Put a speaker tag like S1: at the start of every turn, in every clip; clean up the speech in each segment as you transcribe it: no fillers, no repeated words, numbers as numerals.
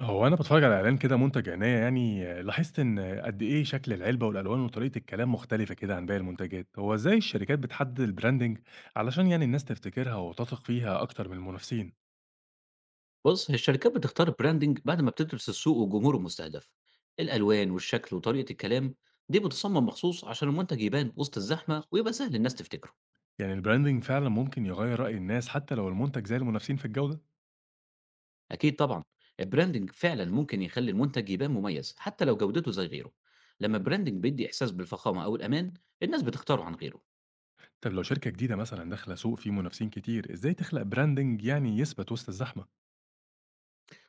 S1: هو أنا باتفرّج على إعلان كده مُنتَج عناية يعني، لاحظت إن قد إيه شكل العلبة والألوان وطريقة الكلام مختلفة كده عن باقي المنتجات، هو إزاي الشركات بتحدد الbranding علشان يعني الناس تفتكرها وتثق فيها أكتر من المنافسين؟
S2: بُص، هي الشركات بتختار الbranding بعد ما بتدرس السوق وجمهوره المستهدف. الألوان والشكل وطريقة الكلام دي بتصمم مخصوص عشان المنتج يبان وسط الزحمة ويبقى سهل الناس تفتكره.
S1: يعني الbranding فعلًا ممكن يغيّر رأي الناس حتى لو المنتج زي المنافسين في الجودة؟
S2: أكيد طبعًا، الbranding فعلًا ممكن يخلي المنتج يبان مميز حتى لو جودته زي غيره. لما الbranding بيدي إحساس بالفخامة أو الأمان، الناس بتختاره عن غيره.
S1: طب لو شركة جديدة مثلًا داخلة سوق فيه منافسين كتير، إزاي تخلق branding يعني يثبت وسط الزحمة؟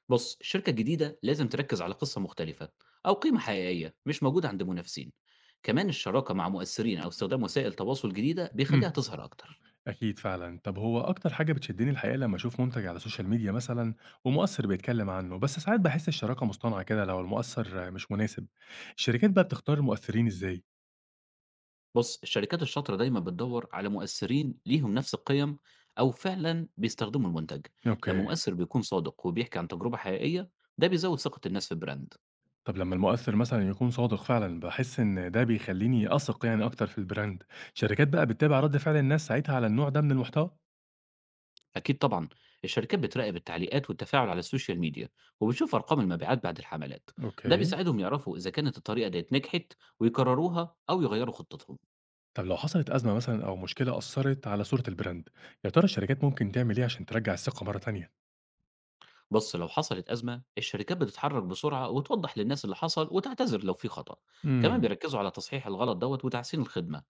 S2: بُص، الشركة الجديدة لازم تركز على قصة مختلفة أو قيمة حقيقية مش موجودة عند المنافسين. كمان الشراكة مع مؤثرين أو استخدام وسائل تواصل جديدة بيخليها
S1: إمم.
S2: تظهر أكتر.
S1: أكيد فعلا. طب هو أكتر حاجة بتشدني الحقيقة لما أشوف منتج على السوشيال ميديا مثلا ومؤثر بيتكلم عنه، بس ساعات بحس الشراكة مصطنعة كده لو المؤثر مش مناسب. الشركات بقى بتختار المؤثرين إزاي؟
S2: بُص، الشركات الشاطرة دايمًا بتدوّر على مؤثّرين ليهم نفس القيم أو فعلًا بيستخدموا المنتج، لمّا
S1: أوكي.
S2: مؤثّر بيكون صادق وبيحكي عن تجربة حقيقية، ده بيزوّد ثقة الناس في البراند.
S1: طب لما المؤثر مثلا يكون صادق فعلا، بحس إن ده بيخليني أثق يعني أكتر في البراند. الشركات بقى بتتابع رد فعل الناس ساعتها على النوع ده من المحتوى؟
S2: أكيد طبعًا، الشركات بتراقب التعليقات والتفاعل على السوشيال ميديا، وبتشوف أرقام المبيعات بعد الحملات، ده
S1: أوكي.
S2: بيساعدهم يعرفوا إذا كانت الطريقة ديّة نجحت ويكرروها أو يغيّروا خطتهم.
S1: طب لو حصلت أزمة مثلا أو مشكلة أثرت على صورة البراند، يا ترى الشركات ممكن تعمل إيه عشان ترجع الثقة مرة تانية؟
S2: بص، لو حصلت أزمة الشركات بتتحرك بسرعة وتوضح للناس اللي حصل وتعتذر لو في خطأ. كمان
S1: امم.
S2: بيركزوا على تصحيح الغلط دوت وتحسين الخدمة،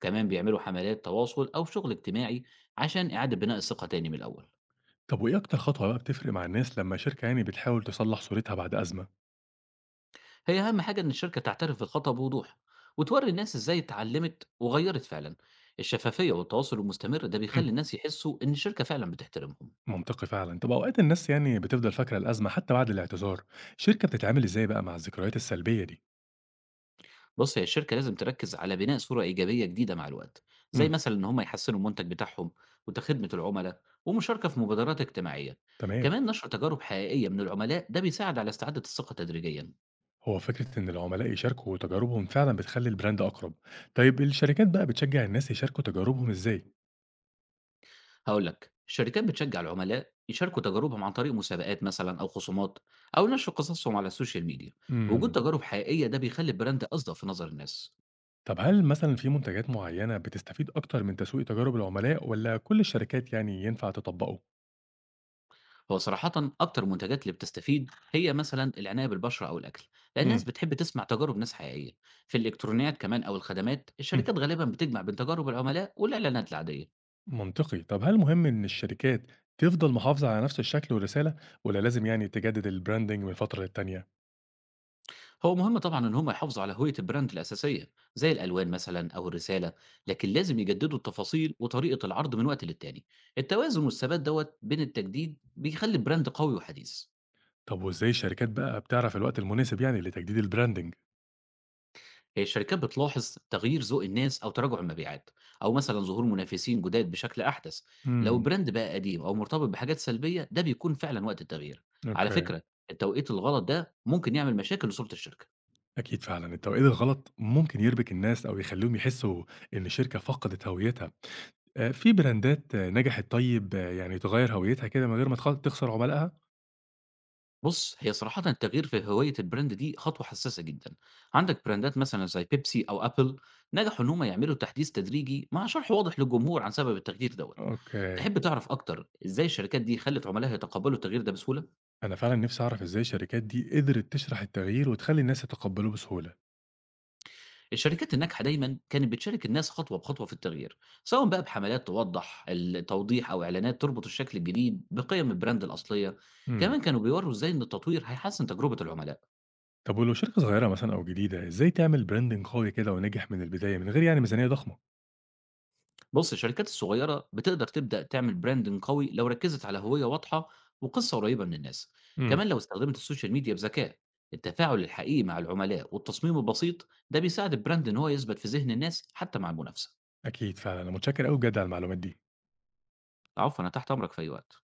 S2: كمان بيعملوا حملات تواصل أو شغل اجتماعي عشان إعادة بناء الثقة تاني من الأول.
S1: طب وإيه أكتر خطوة بقى بتفرق مع الناس لمّا شركة يعني بتحاول تصلّح صورتها بعد أزمة؟
S2: هي أهم حاجة إن الشركة تعترف بالخطأ بوضوح وتوري الناس إزاي اتعلمت وغيرت فعلا. الشفافية والتواصل المستمر ده بيخلي
S1: إمم.
S2: الناس يحسوا إن الشركة فعلا بتحترمهم.
S1: منطقي فعلًا. طب أوقات الناس يعني بتفضل فاكرة الأزمة حتى بعد الاعتذار، الشركة بتتعامل إزاي بقى مع الذكريات السلبية دي؟
S2: بُص، هي الشركة لازم تركّز على بناء صورة إيجابية جديدة مع الوقت، زي
S1: إمم.
S2: مثلًا إن هم يحسّنوا المنتج بتاعهم وتخدمة العملا والمشاركة في مبادرات اجتماعية.
S1: تمام.
S2: كمان نشر تجارب حقيقية من العملاء ده بيساعد على استعادة الثقة تدريجيًا.
S1: هو فكرة إن العملاء يشاركوا تجاربهم فعلًا بتخلّي البراند أقرب. طيب الشركات بقى بتشجّع الناس يشاركوا تجاربهم إزاي؟
S2: هاقول لك، الشركات بتشجّع العملاء يشاركوا تجاربهم عن طريق مسابقات مثلًا أو خصومات أو نشر قصصهم على السوشيال ميديا. وجود
S1: إمم.
S2: تجارب حقيقية ده بيخلّي البراند أصدق في نظر الناس.
S1: طب هل مثلًا في منتجات معيّنة بتستفيد أكتر من تسويق تجارب العملاء والّا كل الشركات يعني ينفع تطبّقه؟
S2: هو صراحة أكتر المنتجات اللي بتستفيد هي مثلا العناية بالبشرة أو الأكل، لأن
S1: إمم.
S2: الناس بتحب تسمع تجارب ناس حقيقية. في الإلكترونيات كمان أو الخدمات،
S1: إمم.
S2: الشركات غالبا بتجمع بين تجارب العملاء والإعلانات العادية.
S1: منطقي. طب هل مهم ان الشركات تفضل محافظة على نفس الشكل والرسالة، ولا لازم يعني تجدد البراندنج من فترة للتانية؟
S2: هو مهم طبعا إن هم يحافظوا على هوية البراند الأساسية زي الألوان مثلا أو الرسالة، لكن لازم يجددوا التفاصيل وطريقة العرض من وقت للتاني. التوازن والثبات دوت بين التجديد بيخلي البراند قوي وحديث.
S1: طب وازاي الشركات بقى بتعرف الوقت المناسب يعني لتجديد البراندنج؟
S2: هي الشركات بتلاحظ تغيير ذوق الناس أو تراجع المبيعات أو مثلا ظهور منافسين جداد بشكل أحدث. لو
S1: امم.
S2: البراند بقى قديم أو مرتبط بحاجات سلبية ده بيكون فعلا وقت التغيير. على
S1: اوكي.
S2: فكرة، التوقيت الغلط ده ممكن يعمل مشاكل لصورة الشركة.
S1: اكيد فعلا، التوقيت الغلط ممكن يربك الناس او يخليهم يحسوا ان الشركة فقدت هويتها. في براندات نجحت، طيب يعني تغير هويتها كده من غير ما تخسر عملائها.
S2: بص، هي صراحة التغيير في هوية البراند دي خطوة حساسة جدا. عندك براندات مثلا زي بيبسي أو أبل نجحوا إن هم يعملوا تحديث تدريجي مع شرح واضح للجمهور عن سبب التغيير دوت.
S1: اوكي.
S2: تحب تعرف أكتر إزاي الشركات دي خلت عملائها يتقبلوا التغيير ده بسهولة؟
S1: انا فعلا نفسي اعرف ازاي الشركات دي قدرت تشرح التغيير وتخلي الناس يتقبلوه بسهولة.
S2: الشركات الناجحة دايمًا كانت بتشارك الناس خطوة بخطوة في التغيير، سواء بقى بحملات توضّح التوضيح أو إعلانات تربط الشكل الجديد بقيم البراند الأصلية،
S1: امم.
S2: كمان كانوا بيورّوا إزاي إن التطوير هيحسّن تجربة العملاء.
S1: طب ولو شركة صغيرة مثلًا أو جديدة، إزاي تعمل branding قوي كده وناجح من البداية من غير يعني ميزانية ضخمة؟
S2: بُص، الشركات الصغيرة بتقدر تبدأ تعمل branding قوي لو ركّزت على هوية واضحة وقصة قريبة من الناس،
S1: إمم.
S2: كمان لو استخدمت السوشيال ميديا بذكاء، التفاعل الحقيقي مع العملاء والتصميم البسيط ده بيساعد البراند إن هو يثبت في ذهن الناس حتى مع المنافسة.
S1: أكيد فعلًا، أنا متشكر أوي بجد على المعلومات دي.
S2: العفو، أنا تحت أمرك في أي وقت.